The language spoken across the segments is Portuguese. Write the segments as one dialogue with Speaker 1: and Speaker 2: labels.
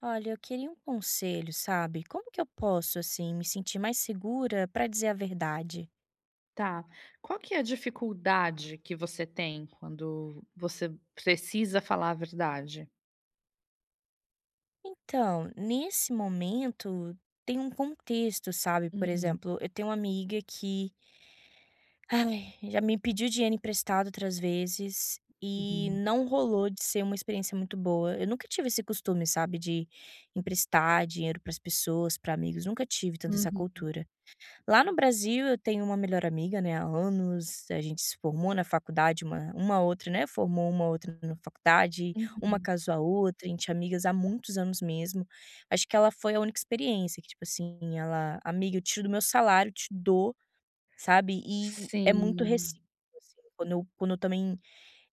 Speaker 1: Olha, eu queria um conselho, sabe? Como que eu posso, assim, me sentir mais segura para dizer a verdade?
Speaker 2: Tá. Qual que é a dificuldade que você tem quando você precisa falar a verdade?
Speaker 1: Então, nesse momento, tem um contexto, sabe? Por
Speaker 2: Uhum,
Speaker 1: exemplo, eu tenho uma amiga que, ai, já me pediu dinheiro emprestado outras vezes e
Speaker 2: uhum,
Speaker 1: não rolou de ser uma experiência muito boa. Eu nunca tive esse costume, sabe, de emprestar dinheiro para as pessoas, para amigos, nunca tive tanto essa
Speaker 2: uhum,
Speaker 1: cultura. Lá no Brasil eu tenho uma melhor amiga, né, há anos, a gente se formou na faculdade, uma outra, né, formou uma outra na faculdade, uma
Speaker 2: uhum.
Speaker 1: casou a outra, a gente é amigas há muitos anos mesmo. Acho que ela foi a única experiência que, tipo assim, ela: "Amiga, eu tiro do meu salário, te dou", sabe, e é muito
Speaker 2: Sim.
Speaker 1: recíproco, assim, quando eu também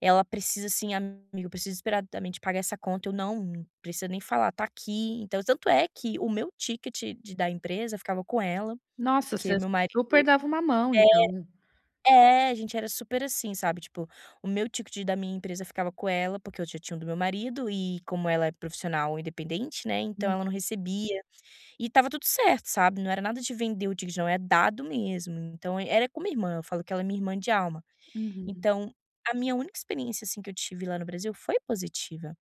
Speaker 1: ela precisa, assim: "Amiga, eu preciso desesperadamente pagar essa conta", eu: "Não, não precisa nem falar, tá aqui". Então tanto é que o meu ticket de da empresa ficava com ela,
Speaker 2: Nossa,
Speaker 1: porque
Speaker 2: você
Speaker 1: meu marido
Speaker 2: super dava uma mão, então.
Speaker 1: é, a gente era super assim, sabe, tipo, o meu ticket da minha empresa ficava com ela, porque eu já tinha um do meu marido e como ela é profissional independente, né, então
Speaker 2: Hum.
Speaker 1: ela não recebia. E estava tudo certo, sabe, não era nada de vender o ticket não, é dado mesmo, então era como irmã, eu falo que ela é minha irmã de alma.
Speaker 2: Uhum.
Speaker 1: Então, a minha única experiência, assim, que eu tive lá no Brasil foi positiva.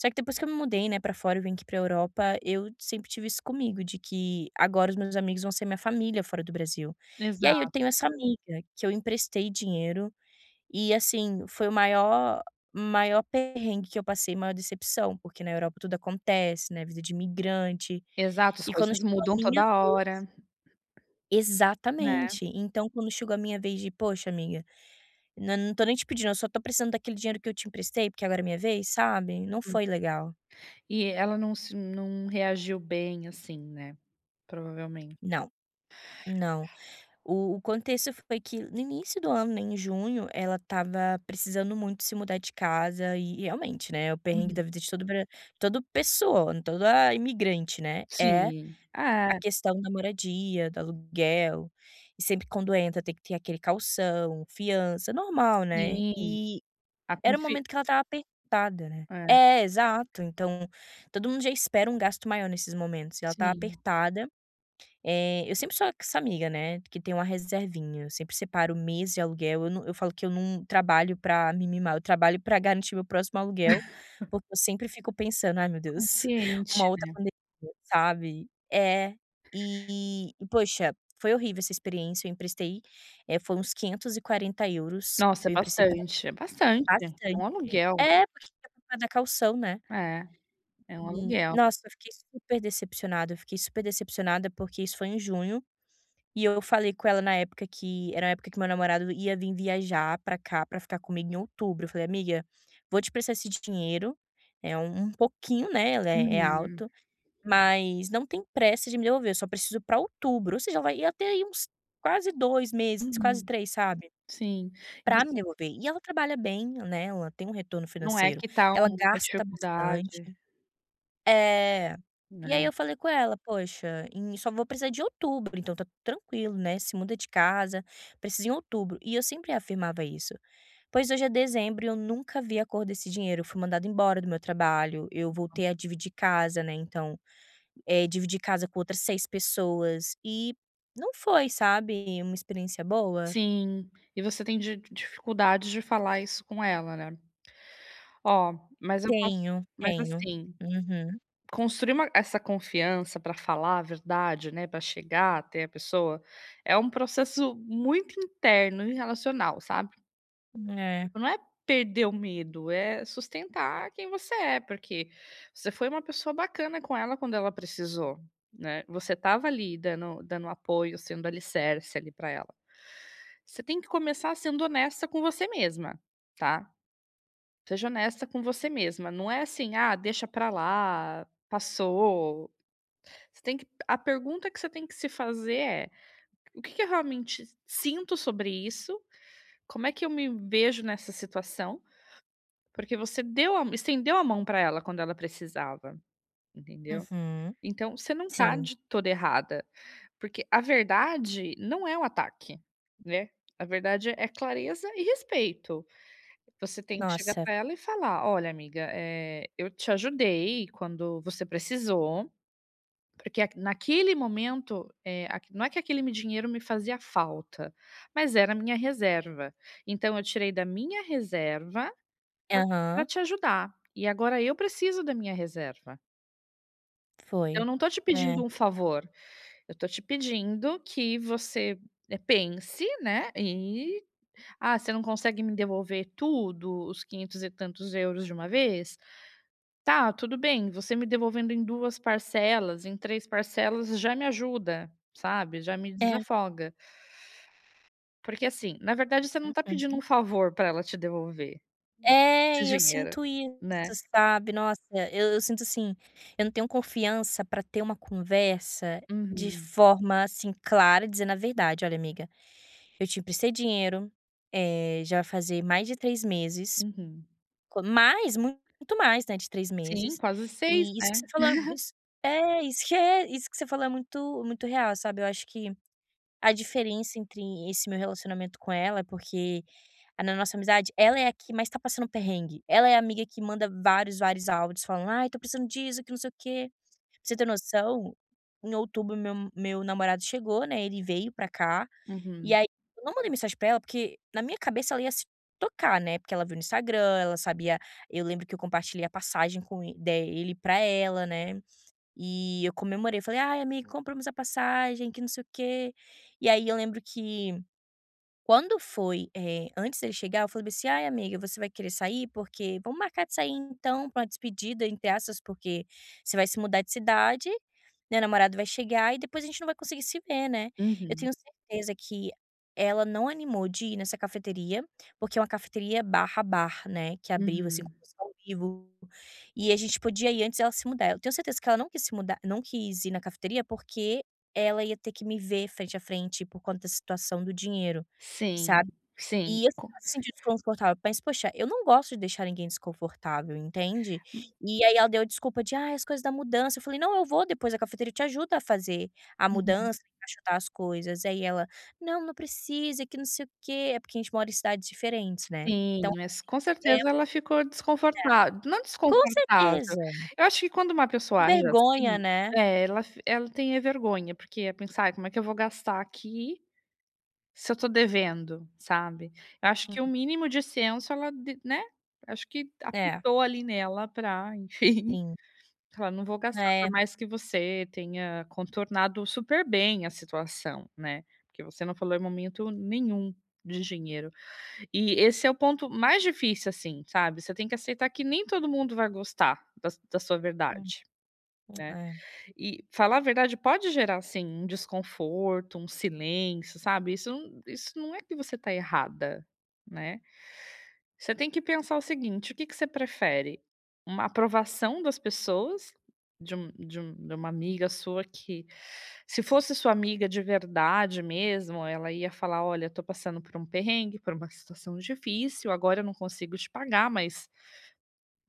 Speaker 1: Só que depois que eu me mudei, né, pra fora, eu vim aqui pra Europa, eu sempre tive isso comigo, de que agora os meus amigos vão ser minha família fora do Brasil. E aí eu
Speaker 2: Exato,
Speaker 1: tenho essa amiga que eu emprestei dinheiro e, assim, foi o maior perrengue que eu passei, maior decepção, porque na Europa tudo acontece, né, vida de imigrante.
Speaker 2: exato, as
Speaker 1: E quando
Speaker 2: coisas
Speaker 1: chegou a
Speaker 2: mudam
Speaker 1: minha
Speaker 2: toda
Speaker 1: vez
Speaker 2: hora, né.
Speaker 1: exatamente. Então quando chegou a minha vez de: "Poxa, amiga, não tô nem te pedindo, eu só tô precisando daquele dinheiro que eu te emprestei, porque agora é minha vez", sabe, não foi legal.
Speaker 2: E ela não reagiu bem, assim, né, provavelmente.
Speaker 1: Não, não. O contexto foi que no início do ano, né, em junho, ela estava precisando muito se mudar de casa e realmente, né, o perrengue
Speaker 2: Uhum.
Speaker 1: da vida de todo pessoa, toda imigrante, né, é
Speaker 2: Sim.
Speaker 1: a
Speaker 2: É,
Speaker 1: questão da moradia, do aluguel, e sempre quando entra tem que ter aquele calção, fiança, normal, né.
Speaker 2: sim,
Speaker 1: E
Speaker 2: a
Speaker 1: era um
Speaker 2: confi
Speaker 1: momento que ela estava apertada, né.
Speaker 2: É,
Speaker 1: É, exato. Então, todo mundo já espera um gasto maior nesses momentos, e ela estava
Speaker 2: sim,
Speaker 1: apertada eu sempre sou essa amiga, né, que tem uma reservinha, eu sempre separo mês de aluguel, eu falo que eu não trabalho pra me mimar, eu trabalho pra garantir meu próximo aluguel, porque eu sempre fico pensando: "Ai, meu Deus, uma
Speaker 2: consciente.
Speaker 1: outra pandemia", sabe. É, e poxa, foi horrível essa experiência, eu emprestei, foi uns 540 euros
Speaker 2: Nossa, é
Speaker 1: eu emprestei pra
Speaker 2: bastante, é bastante.
Speaker 1: bastante.
Speaker 2: É um aluguel.
Speaker 1: É, porque tinha comprado a caução, né.
Speaker 2: É, é um
Speaker 1: E,
Speaker 2: aluguel.
Speaker 1: nossa, eu fiquei super decepcionada, eu fiquei super decepcionada, porque isso foi em junho, e eu falei com ela na época que era a época que meu namorado ia vir viajar pra cá, pra ficar comigo em outubro. Eu falei: "Amiga, vou te prestar esse dinheiro, é um pouquinho, né, ela é
Speaker 2: Uhum,
Speaker 1: alto, mas não tem pressa de me devolver, eu só preciso pra outubro", ou seja, ela vai ia ter aí uns quase 2 meses, quase
Speaker 2: uhum,
Speaker 1: 3 sabe,
Speaker 2: sim. E
Speaker 1: pra me
Speaker 2: você
Speaker 1: devolver. E ela trabalha bem, né, ela tem um retorno
Speaker 2: Não é
Speaker 1: financeiro,
Speaker 2: que tá
Speaker 1: ela
Speaker 2: uma
Speaker 1: gasta bastante.
Speaker 2: dificuldade,
Speaker 1: É. E aí
Speaker 2: né.
Speaker 1: eu falei com ela: "Poxa, em só vou precisar de outubro, então tá tranquilo, né, se muda de casa, precisa em outubro". E eu sempre afirmava isso. Pois hoje é dezembro e eu nunca vi a cor desse dinheiro, eu fui mandada embora do meu trabalho, eu voltei a dividir casa, né, então, é dividir casa com outras seis pessoas e não foi, sabe, uma experiência boa.
Speaker 2: Sim, e você tem di dificuldade de falar isso com ela, né. Ó, mas eu posso,
Speaker 1: Tenho,
Speaker 2: mas
Speaker 1: tenho.
Speaker 2: assim,
Speaker 1: Uhum.
Speaker 2: construir uma essa confiança pra falar a verdade, né, pra chegar até a pessoa, é um processo muito interno e relacional, sabe.
Speaker 1: É.
Speaker 2: Não é perder o medo, é sustentar quem você é, porque você foi uma pessoa bacana com ela quando ela precisou, né. Você estava ali dando apoio, sendo alicerce ali para ela. Você tem que começar sendo honesta com você mesma, tá. Seja honesta com você mesma, não é assim: "Ah, deixa pra lá, passou". Você tem que A pergunta que você tem que se fazer é: "O que que eu realmente sinto sobre isso? Como é que eu me vejo nessa situação?" Porque você deu a estendeu a mão para ela quando ela precisava, entendeu.
Speaker 1: Uhum.
Speaker 2: Então você não tá
Speaker 1: Sim.
Speaker 2: de toda errada, porque a verdade não é um ataque, né. A verdade é clareza e respeito. Você tem que chegar
Speaker 1: Nossa.
Speaker 2: para ela e falar: "Olha, amiga, eu te ajudei quando você precisou, porque a naquele momento, a não é que aquele dinheiro me fazia falta, mas era a minha reserva. Então eu tirei da minha reserva para
Speaker 1: Aham.
Speaker 2: te ajudar. E agora eu preciso da minha reserva. Então
Speaker 1: Foi.
Speaker 2: eu não estou te
Speaker 1: É.
Speaker 2: pedindo um favor, eu tô te pedindo que você, pense, né, e "Ah, você não consegue me devolver tudo, os 500 e tantos euros de uma vez? Tá, tudo bem, você me devolvendo em 2 parcelas, em 3 parcelas já me ajuda, sabe, já me
Speaker 1: É.
Speaker 2: desafoga". Porque assim, na verdade você não está pedindo
Speaker 1: Uhum.
Speaker 2: um favor para ela te devolver
Speaker 1: É,
Speaker 2: esse
Speaker 1: e eu
Speaker 2: dinheiro,
Speaker 1: sinto isso,
Speaker 2: né.
Speaker 1: sabe. Nossa, eu sinto assim, eu não tenho confiança pra ter uma conversa de
Speaker 2: Uhum,
Speaker 1: forma, assim, clara, dizendo a verdade: "Olha amiga, eu te emprestei dinheiro, eh, já vai fazer mais de 3 meses,
Speaker 2: uhum.
Speaker 1: co mais, muito mais, né, de 3
Speaker 2: Sim,
Speaker 1: meses,
Speaker 2: quase 6,
Speaker 1: e isso
Speaker 2: né.
Speaker 1: que você falou, é, isso que é isso que você falou é muito muito real, sabe". Eu acho que a diferença entre esse meu relacionamento com ela é porque na nossa amizade, ela é a que mais tá passando perrengue. Ela é a amiga que manda vários, vários áudios falando: "Ai, tô precisando disso, que não sei o quê". Pra você ter noção, em outubro meu namorado chegou, né, ele veio pra cá, e
Speaker 2: Uhum,
Speaker 1: aí eu não mandei mensagem pra ela, porque na minha cabeça ela ia se tocar, né, porque ela viu no Instagram, ela sabia eu lembro que eu compartilhei a passagem com ele dele pra ela, né. E eu comemorei, falei: "Ai amigo, compramos a passagem, que não sei o quê". E aí eu lembro que quando foi, antes dele chegar, eu falei assim: "Ai, amiga, você vai querer sair? Porque vamos marcar de sair então pra uma despedida, entre aspas, porque você vai se mudar de cidade, meu namorado vai chegar e depois a gente não vai conseguir se ver, né?". Eu
Speaker 2: uhum,
Speaker 1: tenho certeza que ela não animou de ir nessa cafeteria, porque é uma cafeteria barra bar, né, que abriu, assim, com
Speaker 2: uhum.
Speaker 1: música ao vivo, e a gente podia ir antes dela se mudar. Eu tenho certeza que ela não quis se mudar não quis ir na cafeteria, porque ela ia ter que me ver frente a frente por conta da situação do dinheiro.
Speaker 2: Sim,
Speaker 1: Sabe.
Speaker 2: sim,
Speaker 1: E eu sempre me senti desconfortável, mas poxa, eu não gosto de deixar ninguém desconfortável, entende. E aí ela deu a desculpa de: "ah as coisas da mudança", eu falei: "Não, eu vou depois a cafeteira, te ajuda a fazer a
Speaker 2: uhum,
Speaker 1: mudança, encaixotar as coisas". Aí ela: "Não, não precisa, que não sei o quê". É porque a gente mora em cidades diferentes, né.
Speaker 2: sim,
Speaker 1: Então
Speaker 2: mas com
Speaker 1: é,
Speaker 2: certeza ela ficou desconfortável, não
Speaker 1: com
Speaker 2: desconfortável,
Speaker 1: certeza,
Speaker 2: eu acho que quando uma
Speaker 1: com
Speaker 2: pessoa age
Speaker 1: vergonha,
Speaker 2: assim,
Speaker 1: né.
Speaker 2: é, ela tem é vergonha, porque ia pensar: "Ai, como é que eu vou gastar aqui se eu tô devendo?", sabe. Eu acho que o
Speaker 1: Hum,
Speaker 2: mínimo de senso ela de, né, acho que
Speaker 1: é,
Speaker 2: apitou ali nela pra, enfim.
Speaker 1: sim.
Speaker 2: Fala: "Não vou gastar",
Speaker 1: É,
Speaker 2: por mais que você tenha contornado super bem a situação, né, porque você não falou em momento nenhum de dinheiro. E esse é o ponto mais difícil, assim, sabe, você tem que aceitar que nem todo mundo vai gostar da sua
Speaker 1: hum,
Speaker 2: verdade, né.
Speaker 1: é.
Speaker 2: E falar a verdade pode gerar, assim, um desconforto, um silêncio, sabe, isso não é que você está errada, né. Você tem que pensar o seguinte: o que que você prefere? Uma aprovação das pessoas, de uma amiga sua que, se fosse sua amiga de verdade mesmo, ela ia falar: "Olha, estou passando por um perrengue, por uma situação difícil, agora eu não consigo te pagar, mas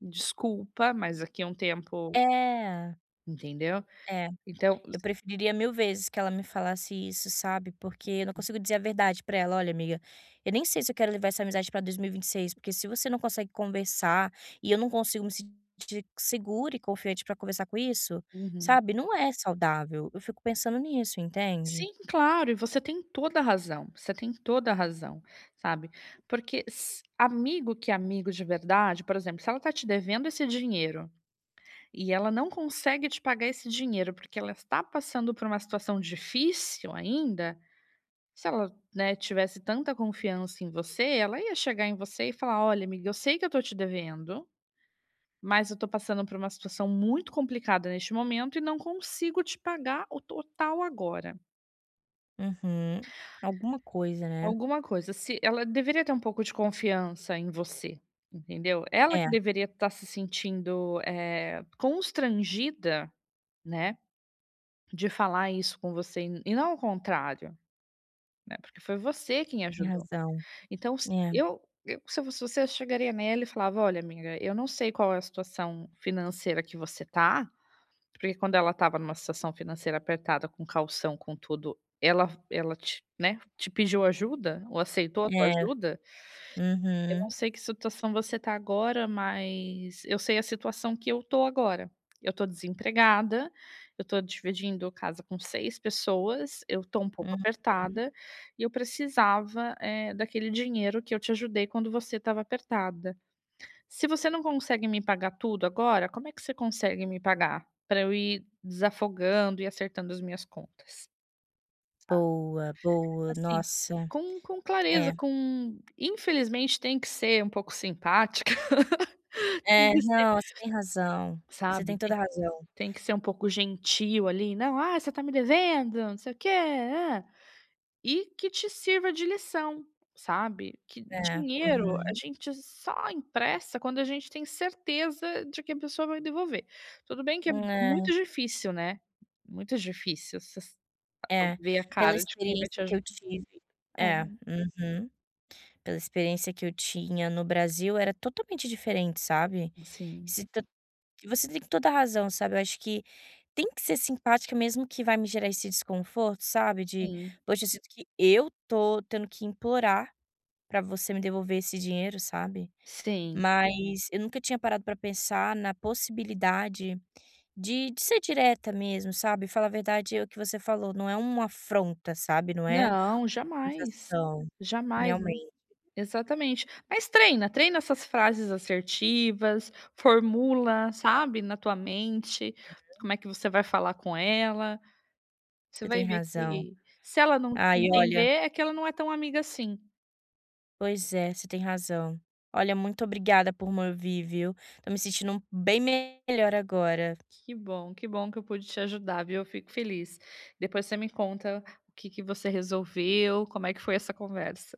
Speaker 2: desculpa, mas aqui é um tempo",
Speaker 1: É,
Speaker 2: entendeu?
Speaker 1: é.
Speaker 2: Então
Speaker 1: Eu
Speaker 2: você
Speaker 1: preferiria mil vezes que ela me falasse isso, sabe, porque eu não consigo dizer a verdade pra ela: "Olha, amiga, eu nem sei se eu quero levar essa amizade pra 2026, porque se você não consegue conversar e eu não consigo me sentir segura e confiante pra conversar com isso,
Speaker 2: Uhum.
Speaker 1: sabe, não é saudável". Eu fico pensando nisso, entende?
Speaker 2: Sim, claro, e você tem toda a razão, você tem toda a razão, sabe. Porque s amigo que é amigo de verdade, por exemplo, se ela tá te devendo esse dinheiro e ela não consegue te pagar esse dinheiro, porque ela está passando por uma situação difícil ainda, se ela, né, tivesse tanta confiança em você, ela ia chegar em você e falar: "Olha, amiga, eu sei que eu tô te devendo, mas eu tô passando por uma situação muito complicada neste momento e não consigo te pagar o total agora.
Speaker 1: Uhum. Alguma coisa, né?
Speaker 2: Alguma coisa, se ela deveria ter um pouco de confiança em você, entendeu? Ela
Speaker 1: É,
Speaker 2: que deveria estar se sentindo, constrangida, né, de falar isso com você e não ao contrário, né, porque foi você quem
Speaker 1: tem
Speaker 2: ajudou.
Speaker 1: razão.
Speaker 2: Então se
Speaker 1: É,
Speaker 2: eu eu se eu fosse você, eu chegaria nela e falava: "Olha, amiga, eu não sei qual é a situação financeira que você tá", porque quando ela estava numa situação financeira apertada, com calção, com tudo, ela te pediu ajuda ou aceitou a tua
Speaker 1: é.
Speaker 2: ajuda. Eu não
Speaker 1: Uhum,
Speaker 2: sei que situação você tá agora, mas eu sei a situação que eu tô agora. Eu tô desempregada, eu tô dividindo casa com 6 pessoas, eu tô um pouco
Speaker 1: uhum.
Speaker 2: apertada e eu precisava, daquele dinheiro que eu te ajudei quando você estava apertada. Se você não consegue me pagar tudo agora, como é que você consegue me pagar, para eu ir desafogando e acertando as minhas contas?
Speaker 1: Boa, boa.
Speaker 2: Assim,
Speaker 1: Nossa.
Speaker 2: com
Speaker 1: É.
Speaker 2: clareza, com infelizmente tem que ser um pouco simpática.
Speaker 1: É, não, você tem razão. Você tem
Speaker 2: Sabe,
Speaker 1: toda
Speaker 2: tem
Speaker 1: a razão.
Speaker 2: tem que ser um pouco gentil ali, não: "Ah, você tá me devendo, não sei o quê, hã". E que te sirva de lição, sabe. Que
Speaker 1: É,
Speaker 2: dinheiro a
Speaker 1: uhum.
Speaker 2: gente só empresta quando a gente tem certeza de que a pessoa vai devolver. Tudo bem que é muito difícil, né, muito difícil você s
Speaker 1: É, é,
Speaker 2: ver a
Speaker 1: pela
Speaker 2: cara de quem vai te
Speaker 1: experiência que
Speaker 2: ajudar.
Speaker 1: eu tive
Speaker 2: É,
Speaker 1: é, uhum. Pela experiência que eu tinha no Brasil, era totalmente diferente, sabe.
Speaker 2: sim,
Speaker 1: Se to você tem toda a razão, sabe. Eu acho que tem que ser simpática mesmo que vai me gerar esse desconforto, sabe, de:
Speaker 2: sim,
Speaker 1: "Poxa, eu sinto que eu tô tendo que implorar pra você me devolver esse dinheiro", sabe.
Speaker 2: sim.
Speaker 1: Mas eu nunca tinha parado pra pensar na possibilidade de ser direta mesmo, sabe, falar a verdade é o que você falou, não é uma afronta, sabe, não é
Speaker 2: Não, jamais,
Speaker 1: acusação.
Speaker 2: jamais.
Speaker 1: Realmente,
Speaker 2: Exatamente. Mas treina, treina essas frases assertivas, formula, sabe, na tua mente, como é que você vai falar com ela. Você
Speaker 1: você tem
Speaker 2: vai ver
Speaker 1: razão.
Speaker 2: que se ela não te
Speaker 1: Ai, olha
Speaker 2: entender, é que ela não é tão amiga assim.
Speaker 1: pois é, você tem razão. Olha, muito obrigada por me ouvir, viu. Tô me sentindo bem melhor agora.
Speaker 2: Que bom, que bom que eu pude te ajudar, viu? Eu fico feliz. Depois você me conta o que que você resolveu, como é que foi essa conversa.